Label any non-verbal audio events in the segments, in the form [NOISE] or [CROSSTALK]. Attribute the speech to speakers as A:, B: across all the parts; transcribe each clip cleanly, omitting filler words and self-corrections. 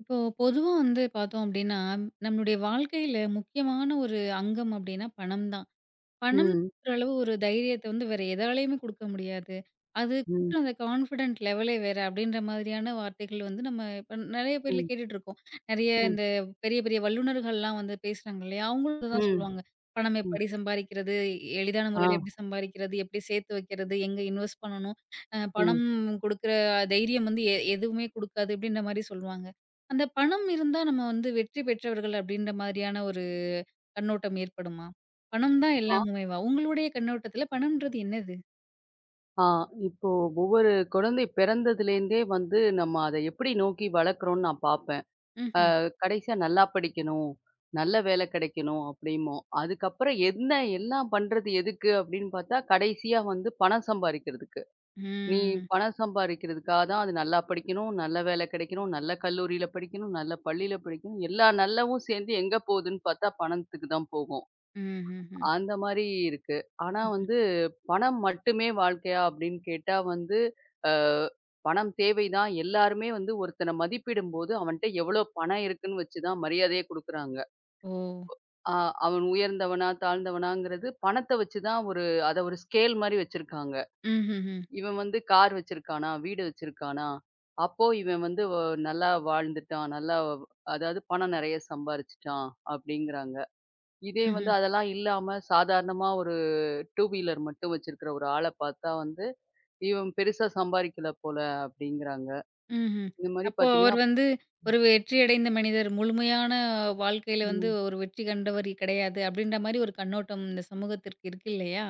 A: இப்போ பொதுவா வந்து பார்த்தோம் அப்டின்னா, நம்மளுடைய வாழ்க்கையில முக்கியமான ஒரு அங்கம் அப்டின்னா பணம் தான்.
B: ம்,
A: பணம்ன்ற அளவு ஒரு தைரியத்த வந்து வேற எதாலயுமே குடுக்க முடியாது. அது
B: ம்,
A: குடுக்குற அந்த கான்ஃபிடன்ட் லெவலே வேற அப்டின்ற மாதிரியான வார்த்தைகள் வந்து நம்ம இப்ப நெறைய பேர்ல
B: ம்,
A: கேட்டுட்ருக்கோம். நெறைய
B: ம்,
A: இந்த பெரிய, பெரிய வல்லுனர்கள்லாம் வந்து பேசுறாங்க இல்லையா? அவங்களும் இததான்
B: ம்,
A: சொல்லுவாங்க. பணம்
B: ம்.
A: எப்படி சம்பாரிக்கிறது? எளிதான
B: ஆ,
A: முறையில எப்படி சம்பாரிக்கிறது? எப்படி சேர்த்து வைக்கிறது? எங்க இன்வெஸ்ட் பண்ணணும்?
B: ம்.
A: பணம் குடுக்குற தைரியம் வந்து எதுவுமே குடுக்காது. இப்டின்ற மாரி சொல்லுவாங்க. அந்த பணம் இருந்தா நம்ம வந்து வெற்றி பெற்றவர்கள் அப்டின்ற மாதிரியான ஒரு கண்ணோட்டம் ஏற்படுமா? பணம் தான் ம்.
B: ஆ,
A: எல்லாமுமேவா? உங்களுடைய கண்ணோட்டத்துல பணம்ன்றது என்னது?
B: ஆ. இப்போ ஒவ்வொரு குழந்தை பிறந்ததுலேருந்தே வந்து நம்ம அத எப்படி நோக்கி வளர்க்குறோம்னு நான் பார்ப்பேன்.
A: ம்ஹ்ம்.
B: கடைசியா நல்லா படிக்கணும், நல்ல வேலை கிடைக்கணும் அப்படிம்போம். அதுக்கப்புறம் என்ன எல்லாம் பண்றது எதுக்கு அப்படின்னு பார்த்தா, கடைசியா வந்து பணம் சம்பாரிக்கிறதுக்கு. நீ
A: ம்.
B: பணம் சம்பாரிக்கிறதுக்காக தான் அது நல்லா படிக்கணும், நல்ல வேலை கிடைக்கணும், நல்ல கல்லூரியில படிக்கணும், நல்ல பள்ளியில படிக்கணும், எல்லா நல்லவும் சேர்ந்து எங்க போகுதுன்னு பார்த்தா பணத்துக்கு தான் போகும்.
A: ம்ஹ்ஹ்ம்.
B: அந்த மாரி இருக்கு. ஆனா
A: ம்ஹ்ம்.
B: வந்து பணம் மட்டுமே வாழ்க்கையா அப்படின்னு கேட்டா வந்து, அ பணம் தேவைதான். எல்லாருமே வந்து ஒருத்தன மதிப்பிடும்போது, அவன்ட்ட எவ்வளோ பணம் இருக்குன்னு வச்சு தான் மரியாதையே குடுக்குறாங்க.
A: ஓ!
B: அ அவன் உயர்ந்தவனா, தாழ்ந்தவனாங்கிறது பணத்த வச்சு தான் அத ஒரு ஸ்கேல் மாரி வச்சிருக்காங்க.
A: ம்ஹ்ஹ்ம்.
B: இவன் வந்து கார் வச்சிருக்கானா, வீடு வச்சிருக்கானா, அப்போ இவன் வந்து நல்லா வாழ்ந்துட்டான், நல்லா அதாவது பணம் நெறைய சம்பாரிச்சுட்டான் அப்படிங்கிறாங்க. இதே வந்து
A: ம்ஹ்ம்.
B: அதெல்லாம் இல்லாம சாதாரணமா ஒரு டூ வீலர் மட்டும் வச்சிருக்கிற ஒரு ஆள பார்த்தா வந்து, இவன் பெருசா சம்பாரிக்கல போல அப்படிங்கிறாங்க.
A: ம்ஹ்ம்.
B: இந்த மாரி
A: அப்போ அவர்
B: பார்த்தீங்கன்னா,
A: வந்து ஒரு வெற்றி அடைந்த மனிதர், முழுமையான வாழ்க்கையில வந்து
B: ம்.
A: ஒரு வெற்றி கண்டவர் கிடையாது. அப்படின்ற மாரி ஒரு கண்ணோட்டம் இந்த சமூகத்திற்கு இருக்கு இல்லையா?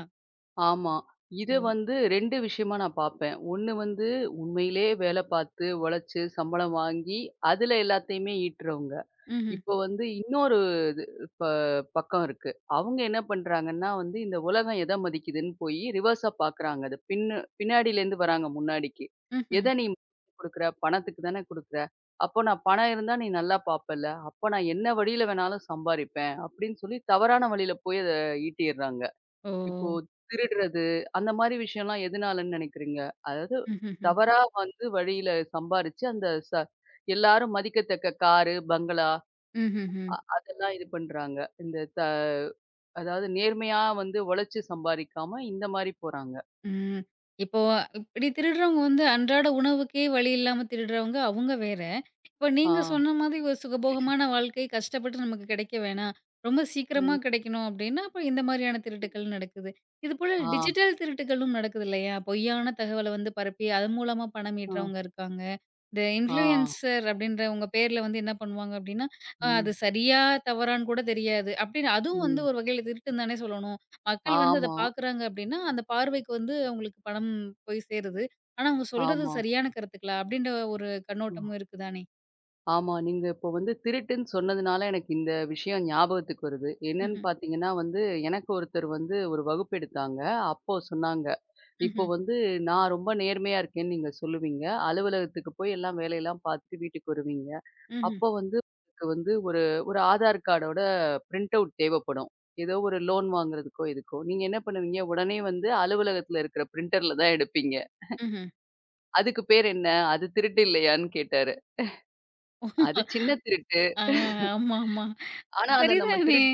B: ஆமா. இத
A: அ.
B: வந்து 2 விஷயமா நான் பார்ப்பேன். ஒண்ணு வந்து உண்மையிலே வேல பார்த்து, உழைச்சு, சம்பளம் வாங்கி, அதுல எல்லாத்தையுமே ஈட்டுறவங்க.
A: ம்ஹ்ம்.
B: இப்போ வந்து இன்னொரு இது ப பக்கம் இருக்கு. அவங்க என்ன பண்றாங்கன்னா வந்து, இந்த உலகம் எத மதிக்குதுன்னு போயி ரிவர்ஸா பார்க்குறாங்க. அது பின்னாடிலேருந்து வராங்க முன்னாடிக்கு.
A: ம்ஹ்ம்.
B: எத நீ குடுக்குற? பணத்துக்கு தானே குடுக்குற. அப்போ நான் பணம் இருந்தா நீ நல்லா பார்ப்பல்ல. அப்ப நான் என்ன வழியில வேணாலும் சம்பாரிப்பேன். அப்படின்னு சொல்லி தவறான வழியில போய் அத ஈட்டிர்றாங்க.
A: ஓ!
B: இப்போ திருடுறது, அந்த மாரி விஷயம்லாம் எதனாலன்னு நினைக்கிறீங்க? அதாவது
A: ம்ஹ்ஹ்ம்.
B: தவறா வந்து வழியில சம்பாரிச்சு, அந்த ச எல்லாரும் மதிக்கத்தக்க காரு, பங்களா
A: ம்ஹ்ஹ்ம்.
B: அதெல்லாம் இது பண்றாங்க. இந்த த அதாவது நேர்மையா வந்து உழைச்சு சம்பாரிக்காம, இந்த மாரி போறாங்க.
A: ம். இப்போ இப்டி திருடுறவங்க வந்து அன்றாட உணவுக்கே வழி இல்லாம திருடுறவங்க அவங்க வேற. இப்ப
B: ஆ.
A: நீங்க சொன்ன மாதிரி ஒரு சுகபோகமான வாழ்க்கை கஷ்டப்பட்டு நமக்கு கிடைக்க வேணாம். ரொம்ப சீக்கிரமா
B: ம்.
A: கிடைக்கணும் அப்டின்னா, அப்ப இந்த மாதிரியான திருட்டுக்கள் நடக்குது. இதுபோல
B: ஆ,
A: டிஜிட்டல் திருட்டுகளும் நடக்குது இல்லையா? பொய்யான தகவல வந்து பரப்பி அதன் மூலமா பணம்
B: ஆ,
A: ஈட்டுறவங்க இருக்காங்க. இந்த
B: ஆ.
A: இன்ஃப்ளூயன்சர் அப்டின்றவங்க பேர்ல வந்து என்ன பண்ணுவாங்க அப்டின்னா, அது
B: ம்,
A: சரியா தவறான்னு கூட தெரியாது. அப்டின்னு அதுவும் வந்து
B: ம்.
A: ஒரு வகையில திருட்டுன்னு தானே சொல்லணும். மக்கள் வந்து அத
B: ஆமா,
A: பார்க்குறாங்க அப்டின்னா, அந்த பார்வைக்கு வந்து அவங்களுக்கு பணம் போய் சேருது. ஆனா அவங்க சொல்றது
B: ஆமா.
A: சரியான கருத்துக்களா? அப்டின்ற ஒரு
B: அ.
A: கண்ணோட்டமும் இருக்கு தானே?
B: ஆமா. நீங்க இப்போ வந்து திருட்டுன்னு சொன்னதுனால எனக்கு இந்த விஷயம் ஞாபகத்துக்கு வருது. என்னன்னு
A: ம்ஹ்ம்,
B: பார்த்தீங்கன்னா வந்து, எனக்கு ஒருத்தர் வந்து ஒரு வகுப்பு எடுத்தாங்க. அப்போ சொன்னாங்க. இப்போ
A: ம்ஹ்ம்,
B: வந்து நான் ரொம்ப நேர்மையா இருக்கேன்னு நீங்க சொல்லுவீங்க. அலுவலகத்துக்கு போய் எல்லாம் வேலையெல்லாம் பார்த்துட்டு வீட்டுக்கு வருவீங்க.
A: ம்ஹ்ம்,
B: அப்போ வந்து உங்களுக்கு வந்து ஒரு ஒரு ஆதார் கார்டோட பிரிண்ட் அவுட் தேவைப்படும். ஏதோ ஒரு லோன் வாங்குறதுக்கோ, இதுக்கோ. நீங்க என்ன பண்ணுவீங்க, உடனே வந்து அலுவலகத்தில இருக்கிற பிரிண்டர்ல தான் எடுப்பீங்க.
A: ம்ஹ்ம்.
B: அதுக்கு பேர் என்ன? அது திருட்டு இல்லையான்னு கேட்டாரு. அது சின்ன திருட்டு.
A: ஆ ஆமா, ஆமா.
B: ஆனா, அத நம்ம
A: சரிதானே!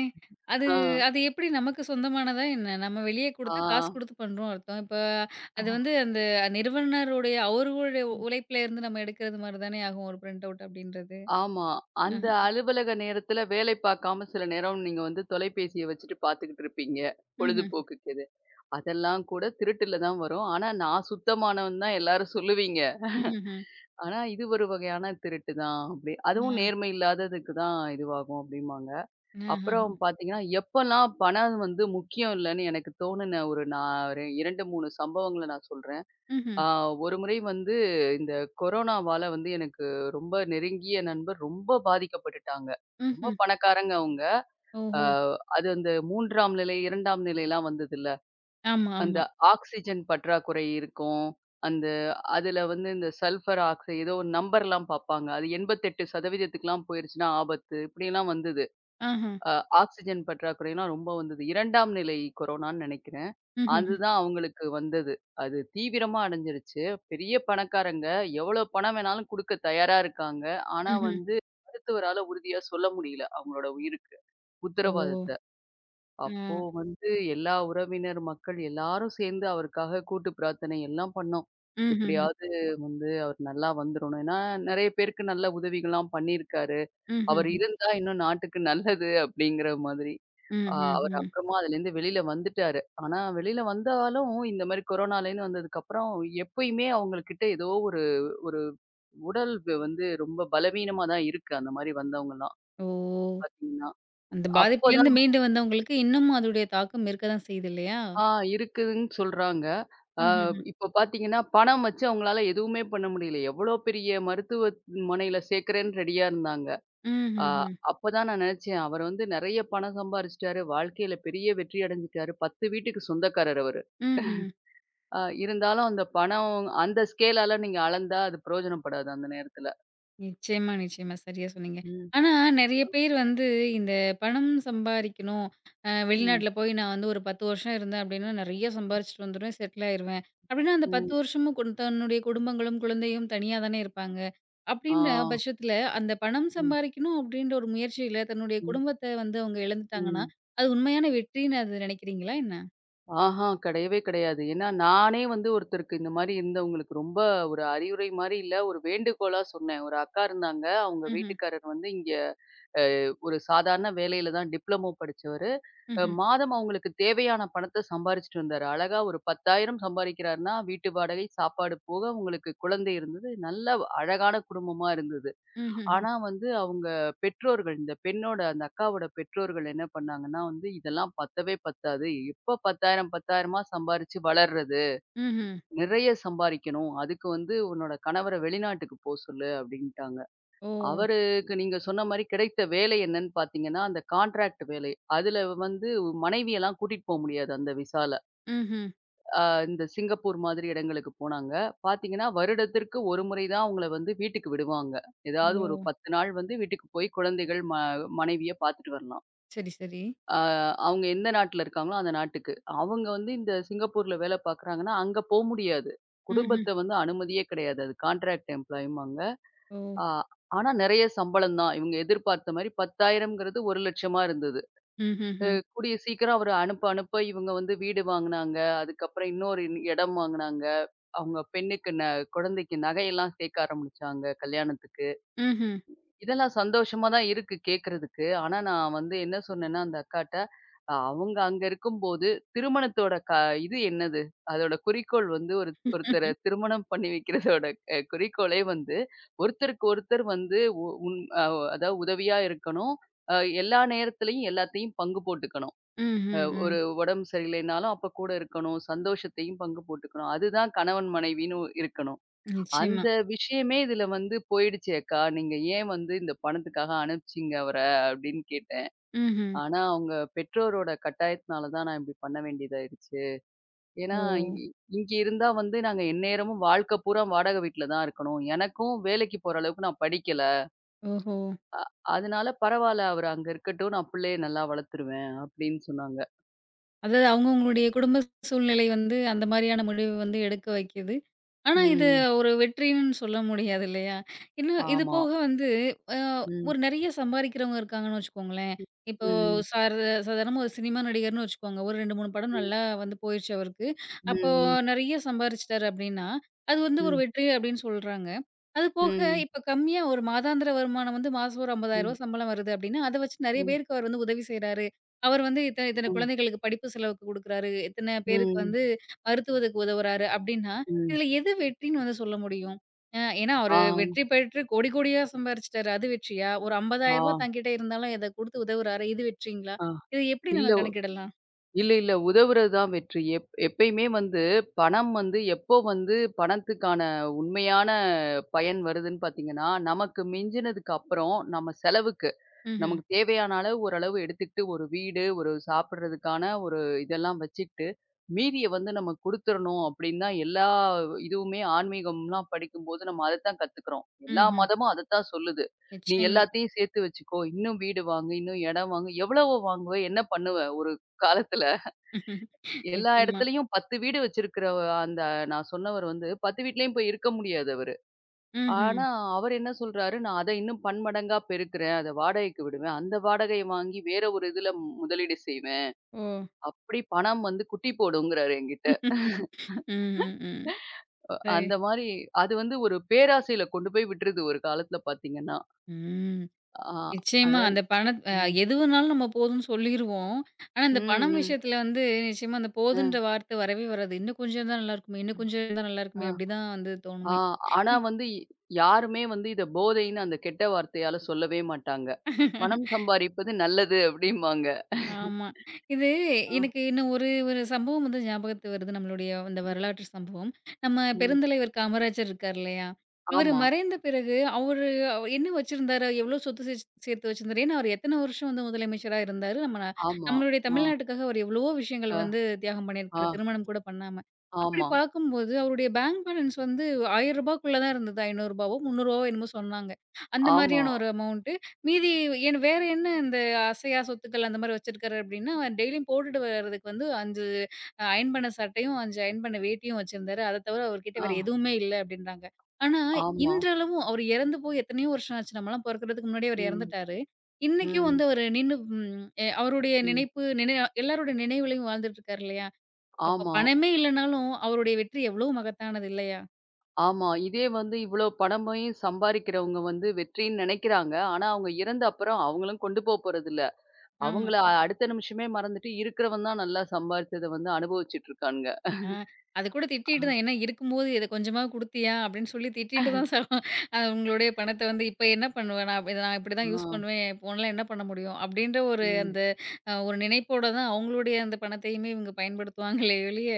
A: அது
B: ஆ,
A: அது எப்டி நமக்கு சொந்தமானதா என்ன? நம்ம வெளிய
B: ஆ,
A: குடுத்து காசு குடுத்து பண்றோம் அர்த்தம். இப்ப அது வந்து அந்த நிறுவனருடைய அவருடைய உழைப்புல இருந்து நம்ம எடுக்கிறது மாரி தானே ஆகும் ஒரு பிரிண்ட் அவுட் அப்டின்றது.
B: ஆமா.
A: ஆஹ.
B: அந்த அலுவலக நேரத்துல வேலை பார்க்காம சில நேரம் நீங்க வந்து தொலைபேசிய வச்சுட்டு பார்த்துக்கிட்டு இருப்பீங்க.
A: ம்ஹ்ம்,
B: பொழுதுபோக்குக்கு எது. அதெல்லாம் கூட திருட்டுல தான் வரும். ஆனா, நான் சுத்தமானவன் தான் எல்லாரும் சொல்லுவீங்க.
A: ம்ஹ்ஹ்ம்.
B: ஆனா, இது ஒரு வகையான திருட்டு தான் அப்படி. அதுவும்
A: ஆ.
B: நேர்மை இல்லாததுக்கு தான் இதுவாகும் அப்படிம்பாங்க.
A: ஆஹ.
B: அப்புறம் பார்த்தீங்கன்னா, எப்பலாம் பணம் வந்து முக்கியம் இல்லன்னு எனக்கு தோணுன நான் ஒரு 2, 3 சம்பவங்கள நான் சொல்றேன்.
A: ம்ஹ்ம்,
B: ஆ ஒரு முறை வந்து இந்த கொரோனாவால வந்து எனக்கு ரொம்ப நெருங்கிய நண்பர் ரொம்ப பாதிக்கப்பட்டுட்டாங்க. ரொம்ப
A: ம்ஹ்ம்.
B: பணக்காரங்க அவங்க. அ
A: ஓஹோ!
B: அது அந்த 3ஆம் நிலை, 2ஆம் நிலைலாம் வந்ததுல்ல.
A: ஆமா,
B: அந்த
A: ஆமா.
B: ஆக்ஸிஜன் பற்றாக்குறை இருக்கும். அந்த அதுல வந்து இந்த சல்ஃபர் ஆக்சை ஏதோ ஒரு நம்பர்லாம் பார்ப்பாங்க. அது 88% க்குலாம் போயிருச்சுன்னா ஆபத்து. இப்படியெல்லாம் வந்தது.
A: ஆஹ.
B: அ ஆக்ஸிஜன் பற்றாக்குறைலாம் ரொம்ப வந்தது. 2ஆம் நிலை கொரோனான்னு நெனைக்கிறேன்.
A: హుహుహు.
B: அதுதான் அவங்களுக்கு வந்தது. அது தீவிரமா அடைஞ்சிருச்சு. பெரிய பணக்காரங்க எவ்வளோ பணம் வேணாலும் குடுக்க தயாரா இருக்காங்க. ஆனா
A: హుహు.
B: வந்து மருத்துவரால உறுதியா சொல்ல முடியல, அவங்களோட உயிருக்கு.
A: ஓ!
B: உத்தரவாதத்த.
A: ஆ.
B: அப்போ வந்து எல்லா உறவினர், மக்கள் எல்லாரும் சேர்ந்து அவருக்காக கூட்டு பிரார்த்தனை எல்லாம் பண்ணோம்.
A: ம்ஹ்ஹ்ம்.
B: எப்படியாவது வந்து அவர் நல்லா வந்துரணும். ஏன்னா நெறைய பேருக்கு நல்ல உதவிகள்லாம் பண்ணியிருக்காரு. அவர்
A: ம்ஹ்ஹ்ம்.
B: இருந்தா இன்னும் நாட்டுக்கு நல்லது அப்படிங்கிற மாதிரி. அவர்
A: ம்ஹ்ஹ்ம்.
B: அப்புறமா அதுலேருந்து வெளியில வந்துட்டாரு. ஆனா வெளியில வந்தாலும் இந்த மாரி கொரோனாலேருந்து வந்ததுக்கப்புறம் எப்பயுமே அவங்கள்கிட்ட ஏதோ ஒரு ஒரு உடல் வந்து ரொம்ப பலவீனமா தான் இருக்கு. அந்த மாரி வந்தவங்கலாம்
A: ஓ!
B: பார்த்தீங்கன்னா.
A: அந்த பாதிப்பிலிருந்து
B: அப்பதான்
A: மீண்டு வந்தவங்களுக்கு இன்னமும் அதோடைய தாக்கம் இருக்க தான் செய்யுது இல்லையா?
B: ஆ இருக்குதுன்னு சொல்றாங்க. அ
A: ம்ஹ்ஹ்ம்.
B: இப்ப பார்த்தீங்கன்னா, பணம் வச்சு அவங்களால எதுவுமே பண்ண முடியல. எவ்வளோ பெரிய மருத்துவமனையில சேர்க்கிறேன்னு ரெடியா இருந்தாங்க. ஆ
A: ம்ஹ்ஹ்ம்.
B: அப்பதான் நான் நெனச்சேன், அவரு வந்து நெறைய பணம் சம்பாரிச்சுட்டாரு. வாழ்க்கையில பெரிய வெற்றி அடைஞ்சுட்டாரு. 10 வீட்டுக்கு சொந்தக்காரர் அவரு.
A: ம்ஹ்ம்.
B: அ இருந்தாலும் அந்த பணம் அந்த ஸ்கேலால நீங்க அளந்தா அது பிரயோஜனப்படாது அந்த நேரத்துல.
A: நிச்சயமா, நிச்சயமா. சரியா சொன்னீங்க.
B: ம்,
A: ஆனா நெறைய பேர் வந்து இந்த பணம் சம்பாரிக்கணும்.
B: ம்,
A: வெளிநாட்ல போய் நான் வந்து ஒரு 10 வருஷம் இருந்தேன் அப்டின்னா, நெறைய சம்பாரிச்சுட்டு வந்துருவேன், செட்டில் ஆயிருவேன். அப்டின்னா அந்த 10
B: ம்.
A: வருஷமும் தன்னுடைய குடும்பங்களும், குழந்தையும் தனியா தானே இருப்பாங்க.
B: ஆ.
A: அப்டின்ற பட்சத்துல அந்த பணம்
B: ம்,
A: சம்பாரிக்கணும் அப்டின்ற ஒரு முயற்சியில தன்னுடைய
B: ம்,
A: குடும்பத்த வந்து அவங்க இழந்துட்டாங்கன்னா,
B: ம்.
A: அது உண்மையான வெற்றின்னு அது நெனைக்கிறீங்களா என்ன?
B: ஆஹா கிடையவே கிடையாது. ஏன்னா நானே வந்து ஒருத்தருக்கு இந்த மாரி இருந்தவங்களுக்கு ரொம்ப ஒரு அறிவுரை மாரி இல்ல, ஒரு வேண்டுகோளா சொன்னேன். ஒரு அக்கா இருந்தாங்க. அவங்க
A: ம்ஹ்ம்.
B: வீட்டுக்காரர் வந்து இங்க அ ஒரு சாதாரண வேலையில தான் டிப்ளமோ படிச்சவரு.
A: ம்ஹ்ம்.
B: மாதம் அவங்களுக்கு தேவையான பணத்த சம்பாரிச்சுட்டு வந்தாரு. அழகா ஒரு 10,000 சம்பாரிக்கிறார்ன்னா, வீட்டு வாடகை, சாப்பாடு போக அவங்களுக்கு குழந்தை இருந்தது. நல்ல அழகான குடும்பமா இருந்தது.
A: ம்ஹ்ஹ்ம்.
B: ஆனா வந்து அவங்க பெற்றோர்கள் இந்த பெண்ணோட அந்த அக்காவோட பெற்றோர்கள் என்ன பண்ணாங்கன்னா வந்து, "இதெல்லாம் பத்தவே பத்தாது. எப்ப 10,000 சம்பாரிச்சு வளர்றது?
A: ம்ஹ்ம்.
B: நிறைய சம்பாரிக்கணும். அதுக்கு வந்து உன்னோட கணவர வெளிநாட்டுக்கு போ சொல்லு" அப்படின்ட்டாங்க.
A: ஓ!
B: அவருக்கு நீங்க சொன்ன மாரி கிடைத்த வேலை என்னன்னு பார்த்தீங்கன்னா, அந்த கான்ட்ராக்ட் வேலை. அதுல வந்து மனைவியெல்லாம் கூட்டிட்டு போ முடியாது அந்த விசால.
A: ம்ஹ்ம்.
B: அ இந்த சிங்கப்பூர் மாதிரி இடங்களுக்கு போனாங்க. பார்த்தீங்கன்னா, வருடத்திற்கு ஒரு முறை தான் அவங்கள வந்து வீட்டுக்கு விடுவாங்க. ஏதாவது
A: ஓ!
B: ஒரு 10 நாள் வந்து வீட்டுக்கு போய் குழந்தைகள், மனைவிய பார்த்துட்டு வரலாம்.
A: சரி, சரி.
B: அ அவங்க எந்த நாட்டுல இருக்காங்களோ அந்த நாட்டுக்கு. அவங்க வந்து இந்த சிங்கப்பூர்ல வேலை பார்க்குறாங்கன்னா, அங்க போ முடியாது.
A: ம்ஹ்ம்.
B: குடும்பத்த வந்து அனுமதியே கிடையாது. அது கான்ட்ராக்ட் எம்ப்ளாயிம்பாங்க.
A: ஓ!
B: ஆ, ஆனா நெறைய சம்பளம் தான். இவங்க எதிர்பார்த்த மாரி 10,000ங்கிறது 1,00,000 இருந்தது.
A: ம்ஹ்ஹ்ம்.
B: கூடிய சீக்கிரம் அவரு அனுப்ப அனுப்ப இவங்க வந்து வீடு வாங்குனாங்க. அதுக்கப்புறம் இன்னொரு இடம் வாங்குனாங்க. அவங்க பெண்ணுக்கு குழந்தைக்கு நகையெல்லாம் சேர்க்க ஆரம்பிச்சாங்க கல்யாணத்துக்கு.
A: ம்ஹ்ம்.
B: இதெல்லாம் சந்தோஷமா தான் இருக்கு கேட்கறதுக்கு. ஆனா நான் வந்து என்ன சொன்னேன்னா, அந்த அக்காட்ட, அவங்க அங்க இருக்கும்போது திருமணத்தோட க இது என்னது? அதோட குறிக்கோள் வந்து ஒரு ஒருத்தர
A: ம்ஹ்ம்.
B: திருமணம் பண்ணி வைக்கிறதோட குறிக்கோளே வந்து, ஒருத்தருக்கு ஒருத்தர் வந்து உன் அதாவது உதவியா இருக்கணும். அ எல்லா நேரத்திலயும் எல்லாத்தையும் பங்கு போட்டுக்கணும்.
A: ம்.
B: அ ஒரு
A: ம்.
B: உடம்பு சரியில்லைனாலும் அப்ப கூட இருக்கணும். சந்தோஷத்தையும் பங்கு போட்டுக்கணும். அதுதான் கணவன் மனைவின்னு இருக்கணும்.
A: நிச்சயமா.
B: அந்த விஷயமே இதுல வந்து போயிடுச்சு அக்கா. நீங்க ஏன் வந்து இந்த பணத்துக்காக அனுப்பிச்சீங்க அவர? அப்படின்னு கேட்டேன்.
A: ம்ஹ்ம்.
B: ஆனா அவங்க பெற்றோரோட கட்டாயத்தினால தான் நான் இப்படி பண்ண வேண்டியதாயிருச்சு.
A: ஓ!
B: ஏன்னா இ இங்க இருந்தா வந்து நாங்க எந்நேரமும் வாழ்க்கை பூரா வாடகை வீட்ல தான் இருக்கணும். எனக்கும் வேலைக்கு போற அளவுக்கு நான் படிக்கல.
A: ஓஹோ!
B: அ அதனால பரவால்ல அவரு அங்க இருக்கட்டும். நான் பிள்ளைய நல்லா வளர்த்துருவேன் அப்படின்னு சொன்னாங்க.
A: அதாவது அவங்கவங்களுடைய குடும்ப சூழ்நிலை வந்து அந்த மாரியான முடிவு வந்து எடுக்க வைக்குது. ஆனா, இது
B: ம்.
A: ஒரு வெற்றின்னு சொல்ல முடியாது இல்லையா? இன்னும் இது
B: ஆமா.
A: போக வந்து அ
B: ம்.
A: ஒரு நெறைய சம்பாரிக்கிறவங்க இருக்காங்கன்னு வச்சுக்கோங்களேன். இப்போ
B: ம்.
A: சார் சாதாரணமா ஒரு சினிமா நடிகர்ன்னு வச்சுக்கோங்க. ஒரு 2, 3 படம்
B: ம்.
A: நல்லா வந்து போயிருச்சு அவருக்கு. அப்போ
B: ம்.
A: நெறைய சம்பாரிச்சுட்டாரு அப்டின்னா, அது வந்து
B: ம்.
A: ஒரு
B: ம்.
A: வெற்றி அப்டின்னு சொல்றாங்க. அது போக
B: ம்.
A: இப்ப கம்மியா ஒரு மாதாந்திர வருமானம் வந்து மாசம் ஒரு ரூ. 50,000
B: ம்.
A: சம்பளம் வருது அப்டின்னா, அத வச்சு நெறைய
B: ம்.
A: பேருக்கு அவர் வந்து உதவி செய்றாரு. அவர் வந்து இத்தன இத்தன
B: ம்.
A: குழந்தைகளுக்கு படிப்பு செலவுக்கு குடுக்குறாரு, இத்தன பேருக்கு
B: ம்.
A: வந்து மருத்துவத்துக்கு உதவுறாரு அப்டின்னா,
B: ம்.
A: இதுல எது வெற்றின்னு வந்து சொல்ல முடியும்? ஏன்னா அவரு
B: ஆ.
A: வெற்றி பெற்று கோடி கோடியா சம்பாரிச்சுட்டாரு. அது வெற்றியா? ஒரு ரூ.
B: ஆ,
A: 50,000 தன்கிட்ட இருந்தாலும் இத குடுத்து உதவுறாரே இது வெற்றிங்களா?
B: ஆ.
A: இத எப்டி
B: இல்ல.
A: நம்ம கணக்கிடலாம்?
B: இல்ல, இல்ல. உதவுறது தான் வெற்றி. எப்பயுமே வந்து பணம் வந்து எப்போ வந்து பணத்துக்கான உண்மையான பயன் வருதுன்னு பார்த்தீங்கன்னா, நமக்கு மிஞ்சினதுக்கு அப்புறம் நம்ம செலவுக்கு,
A: ம்ஹ்ம்.
B: நமக்கு தேவையான அளவு ஓரளவு எடுத்துக்கிட்டு ஒரு வீடு, ஒரு சாப்பிடுறதுக்கான ஒரு இதெல்லாம் வச்சுக்கிட்டு, மீதிய வந்து நம்ம குடுத்துறணும் அப்படின்னு தான் எல்லா இதுவுமே ஆன்மீகம்லாம் படிக்கும்போது நம்ம அதத்தான் கத்துக்கிறோம். எல்லா
A: ம்ஹ்ம்.
B: மதமும் அதத்தான் சொல்லுது. "நீ
A: நிச்சயமா.
B: எல்லாத்தையும் சேர்த்து வச்சுக்கோ. இன்னும் வீடு வாங்கு, இன்னும் இடம் வாங்கு. எவ்வளவு வாங்குவ? என்ன பண்ணுவ ஒரு காலத்துல?"
A: [LAUGHS]
B: எல்லா
A: நிச்சயமா.
B: இடத்துலயும் 10 வீடு வச்சிருக்கிற அந்த நான் சொன்னவர் வந்து 10 வீட்லயும் போய் இருக்க முடியாது அவரு.
A: ம்ஹ்ம்.
B: ஆனா, அவரு என்ன சொல்றாரு, "நான் அத இன்னும் பன்மடங்கா பெருக்குறேன். அத வாடகைக்கு விடுவேன். அந்த வாடகைய வாங்கி வேற ஒரு இதுல முதலீடு செய்வேன்.
A: ஓ!
B: அப்படி பணம் வந்து குட்டி போடுங்கிறாரு என்கிட்ட."
A: ம், ம், ம். சரி.
B: அந்த மாரி அது வந்து ஒரு பேராசையில கொண்டு போய் விட்டுருது ஒரு காலத்துல பார்த்தீங்கன்னா.
A: ம்.
B: ஆ
A: நிச்சயமா.
B: அதான்
A: அந்த பணத் அ
B: ம்.
A: எது வேணாலும் நம்ம போதும்னு சொல்லிருவோம். ஆனா, இந்த
B: ம்,
A: பணம்
B: ம்.
A: விஷயத்துல வந்து நிச்சயமா அந்த
B: அ,
A: போதுன்ற வார்த்தை வரவே வராது. இன்னும் கொஞ்சம் இருந்தா நல்லாருக்குமே, இன்னும் கொஞ்சம் இருந்தா நல்லாருக்குமே,
B: ஆ.
A: அப்டிதான் வந்து
B: ஆ,
A: தோணுமே.
B: ஆனா வந்து யாருமே வந்து இத போதைன்னு அந்த கெட்ட வார்த்தையால சொல்லவே மாட்டாங்க. "பணம் சம்பாரிப்பது நல்லது" அப்படிம்பாங்க.
A: ஆமா. இது
B: ஆ,
A: எனக்கு இன்னும் ஒரு ஒரு சம்பவம் வந்து ஞாபகத்துக்கு வருது. நம்மளுடைய அந்த
B: ம்,
A: வரலாற்று சம்பவம். நம்ம
B: ம்.
A: பெருந்தலைவர் காமராஜர் இருக்கார் இல்லையா? அவரு
B: ஆமா,
A: மறைந்த பிறகு அவரு அவர் என்ன வச்சிருந்தாரு? எவ்ளோ சொத்து சேத் சேர்த்து வச்சிருந்தாரு? ஏன்னா, அவரு எத்தன வருஷம் வந்து முதலமைச்சரா இருந்தாரு?
B: ஆமா.
A: நம்மளுடைய
B: ஆ,
A: தமிழ்நாட்டுக்காக அவர் எவ்வளவோ விஷயங்கள்
B: அ,
A: வந்து தியாகம்
B: ஆ,
A: பண்ணியிருக்காரு. திருமணம் கூட பண்ணாம. அப்படி
B: ஆமா,
A: பார்க்கும்போது அவருடைய பேங்க் பேலன்ஸ் வந்து ரூ. 1000க்குள்ள தான் இருந்தது. ரூ. 500வோ, ரூ. 300வோ என்னமோ சொன்னாங்க. அந்த
B: ஆமா,
A: மாரியான ஒரு அமௌண்ட். மீதி என் வேற என்ன இந்த அசையா சொத்துக்கள் அந்த மாரி வச்சிருக்காரு அப்டின்னா, டெய்லியும் போட்டுட்டு வரதுக்கு வந்து 5 அயர்ன் பண்ண சட்டையும், 5 அயர்ன் பண்ண வேட்டியும் வச்சிருந்தாரு. அத தவிர அவர்கிட்ட
B: ஆ,
A: வேற எதுவுமே இல்ல அப்டின்றாங்க. ஆனா,
B: ஆமா.
A: இன்றளவும் அவர் இறந்து போய் எத்தனையோ வருஷம் ஆச்சு. நம்மலாம் பொறக்கறதுக்கு முன்னாடியே அவர்
B: ம்,
A: இறந்துட்டாரு. இன்னைக்கும்
B: ம்,
A: வந்து அவரு நின்னு ம் எ அவருடைய
B: ம்.
A: நினைப்பு நினை எல்லாருடைய நினைவுலயும் வாழ்ந்துட்டு இருக்காரு இல்லையா? அப்ப
B: ஆமா,
A: பணமே இல்லனாலும் அவருடைய வெற்றி எவ்ளோ மகத்தானது இல்லையா?
B: ஆமா. இதே வந்து இவ்ளோ பணமையும் சம்பாரிக்கிறவங்க வந்து வெற்றின்னு நெனைக்கிறாங்க. ஆனா அவங்க இறந்த அப்புறம் அவங்களும் கொண்டு போ போறதில்ல.
A: ஆமா.
B: அவங்கள அடுத்த நிமிஷமே மறந்துட்டு, இருக்கிறவன் தான் நல்லா சம்பாரிச்சத வந்து அனுபவிச்சுட்டு இருக்கானுங்க.
A: ஆ. அது கூட
B: ஆ,
A: திட்டிட்டு தான். ஏன்னா இருக்கும்போது இத கொஞ்சமாவது குடுத்தியா? அப்படின்னு சொல்லி திட்டிட்டு தான் ச அ உங்களுடைய பணத்த வந்து இப்ப என்ன பண்ணுவேன்? நான் இப்படிதான்
B: ஆ,
A: யூஸ் பண்ணுவேன். போன்லாம் என்ன பண்ண முடியும்? அப்படின்ற ஒரு
B: ம்.
A: அந்த அ ஒரு நினைப்போட தான் அவங்களுடைய அந்த பணத்தையுமே இவங்க பயன்படுத்துவாங்களே ஒழிய,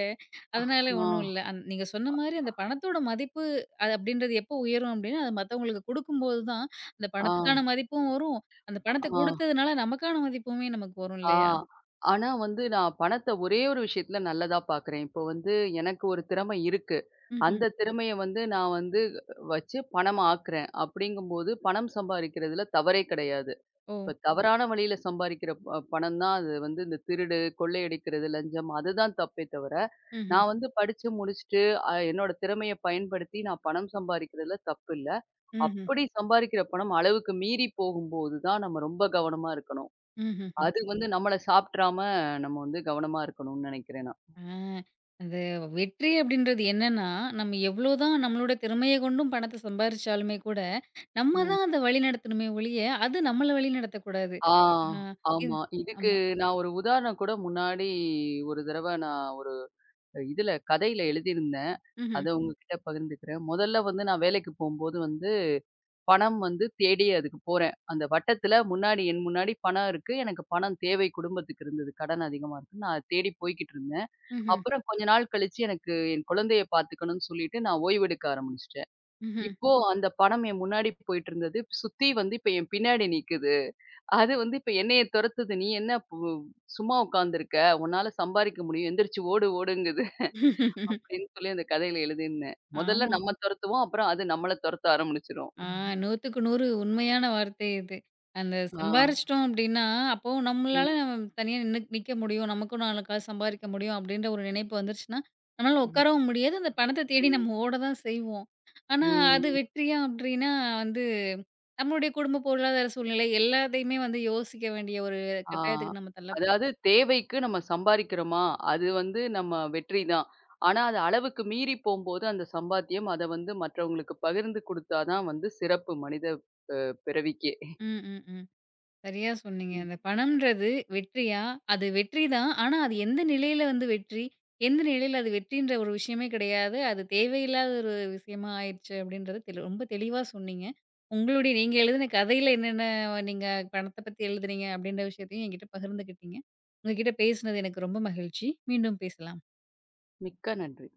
A: அதனால ஒண்ணும்
B: ஆ,
A: இல்ல. நீங்க சொன்ன மாரி அந்த பணத்தோட மதிப்பு அது அப்படின்றது எப்போ உயரும் அப்படின்னா, அது மத்தவங்களுக்கு குடுக்கும்போது தான் அந்த
B: ஆ, ஆ,
A: பணத்துக்கான மதிப்பும் வரும். அந்த பணத்த
B: ஆ,
A: குடுத்ததுனால நமக்கான மதிப்புமே நமக்கு வரும்
B: ஆ.
A: இல்லையா?
B: ஆனா வந்து நான் பணத்த ஒரே ஒரு விஷயத்துல நல்லதா பார்க்குறேன். இப்போ வந்து எனக்கு ஒரு திறமை இருக்கு.
A: ம்ஹ்ம்.
B: அந்த திறமைய வந்து நான் வந்து வச்சு பணமா ஆக்குறேன். அப்படிங்கும்போது பணம் சம்பாரிக்கிறதுல தவறே கிடையாது.
A: ஓ!
B: இப்ப தவறான வழியில சம்பாரிக்கிற பணம் தான் அது வந்து இந்த திருடு, கொள்ளையடிக்கிறது, லஞ்சம் அதுதான் தப்பே தவிர,
A: ம்ஹ்ம்.
B: நான் வந்து படிச்சு முடிச்சுட்டு என்னோட திறமைய பயன்படுத்தி நான் பணம் சம்பாரிக்கிறதுல தப்பு இல்ல.
A: ம்ஹ்ம்.
B: அப்படி சம்பாரிக்கிற பணம் அளவுக்கு மீறி போகும்போது தான் நம்ம ரொம்ப கவனமா இருக்கணும்.
A: ம்ஹ்ம்.
B: அது வந்து நம்மள சாப்ட்றாம நம்ம வந்து கவனமா இருக்கணும்னு நெனைக்கிறேன் நான்.
A: ஆ, அது வெற்றி அப்படின்றது என்னன்னா, நம்ம எவ்வளோதான் நம்மளோட திறமைய கொண்டும் பணத்த சம்பாரிச்சாலுமே கூட, நம்ம
B: ம்.
A: தான் அத வழிநடத்தணுமே ஒழிய, அது நம்மள வழிநடத்தக்கூடாது.
B: ஆ.
A: ஆ, இது
B: ஆமா. இதுக்கு
A: ஆமா.
B: நான் ஒரு உதாரணம் கூட முன்னாடி ஒரு தடவ நான் ஒரு இதுல கதையில எழுதியிருந்தேன்.
A: ம்ஹ்ம்,
B: அத உங்ககிட்ட பகிர்ந்துக்கிறேன். முதல்ல வந்து நான் வேலைக்கு போம்போது வந்து பணம் வந்து தேடி அதுக்கு போறேன். அந்த வட்டத்துல முன்னாடி என் முன்னாடி பணம் இருக்கு. எனக்கு பணம் தேவை குடும்பத்துக்கு இருந்தது. கடன் அதிகமா இருக்கு. நான் அதை தேடி போய்க்கிட்டு இருந்தேன்.
A: ம்ஹ்ம்,
B: அப்புறம் கொஞ்ச நாள் கழிச்சு எனக்கு என் குழந்தைய பார்த்துக்கணும்னு சொல்லிட்டு நான் ஓய்வெடுக்க ஆரம்பிச்சுட்டேன்.
A: ம்ஹ்ம்.
B: இப்போ அந்த பணம் என் முன்னாடி போயிட்டு இருந்தது. சுத்தி வந்து இப்ப என் பின்னாடி நிக்குது. அது வந்து இப்ப என்னைய துரத்துது. "நீ என்ன சும்மா உட்காந்துருக்க? உன்னால சம்பாரிக்க முடியும். எந்திரிச்சு ஓடு ஓடுங்குது." அப்படின்னு சொல்லி அந்த கதையில எழுதியிருந்தேன். முதல்ல
A: ஆமா.
B: நம்ம துரத்துவோம். அப்புறம் அது நம்மள துரத்த ஆரம்பிச்சுரும்.
A: ஆ 100க்கு 100 உண்மையான வார்த்தை இது. அந்த
B: ஆ.
A: சம்பாரிச்சுட்டோம் அப்டின்னா, அப்போ
B: ம்.
A: நம்மளால நம்ம தனியா நின்னு நிக்க முடியும். நமக்கும் 4 காசு சம்பாரிக்க முடியும் அப்டின்ற ஒரு நினைப்பு வந்துருச்சுன்னா, நம்மளால
B: ம்.
A: உட்காரவும் முடியாது. அந்த பணத்த தேடி
B: ம்.
A: நம்ம ஓட தான் செய்வோம். ஆனா, அது
B: ம்.
A: வெற்றியா அப்டின்னா வந்து நம்மளுடைய குடும்ப பொருளாதார சூழ்நிலை எல்லாத்தையுமே வந்து யோசிக்க வேண்டிய ஒரு
B: ஆ.
A: கட்டாயத்துக்கு நம்ம
B: அதாவது
A: தள்ளப்படுறோம்.
B: தேவைக்கு நம்ம சம்பாரிக்கிறோமா, அது வந்து நம்ம வெற்றி தான். ஆனா, அது அளவுக்கு மீறி போம்போது அந்த சம்பாத்தியம் அத வந்து மற்றவங்களுக்கு பகிர்ந்து குடுத்தா தான் வந்து சிறப்பு மனித அ பிறவிக்கே.
A: ம், ம், ம். சரியா சொன்னீங்க.
B: ம்.
A: அந்த பணம்ன்றது வெற்றியா? அது வெற்றி தான். ஆனா, அது எந்த நிலையில வந்து வெற்றி? எந்த நிலையில அது வெற்றின்ற ஒரு விஷயமே கிடையாது. அது தேவையில்லாத ஒரு விஷயமா ஆயிருச்சு அப்படின்றத ரொம்ப தெளிவா சொன்னீங்க. உங்களுடைய நீங்க எழுதின கதையில என்னென்ன நீங்க பணத்த பத்தி எழுதுனீங்க அப்படின்ற விஷயத்தையும் என்கிட்ட பகிர்ந்துக்கிட்டீங்க. உங்ககிட்ட பேசினது எனக்கு ரொம்ப மகிழ்ச்சி. மீண்டும் பேசலாம்.
B: மிக்க நன்றி.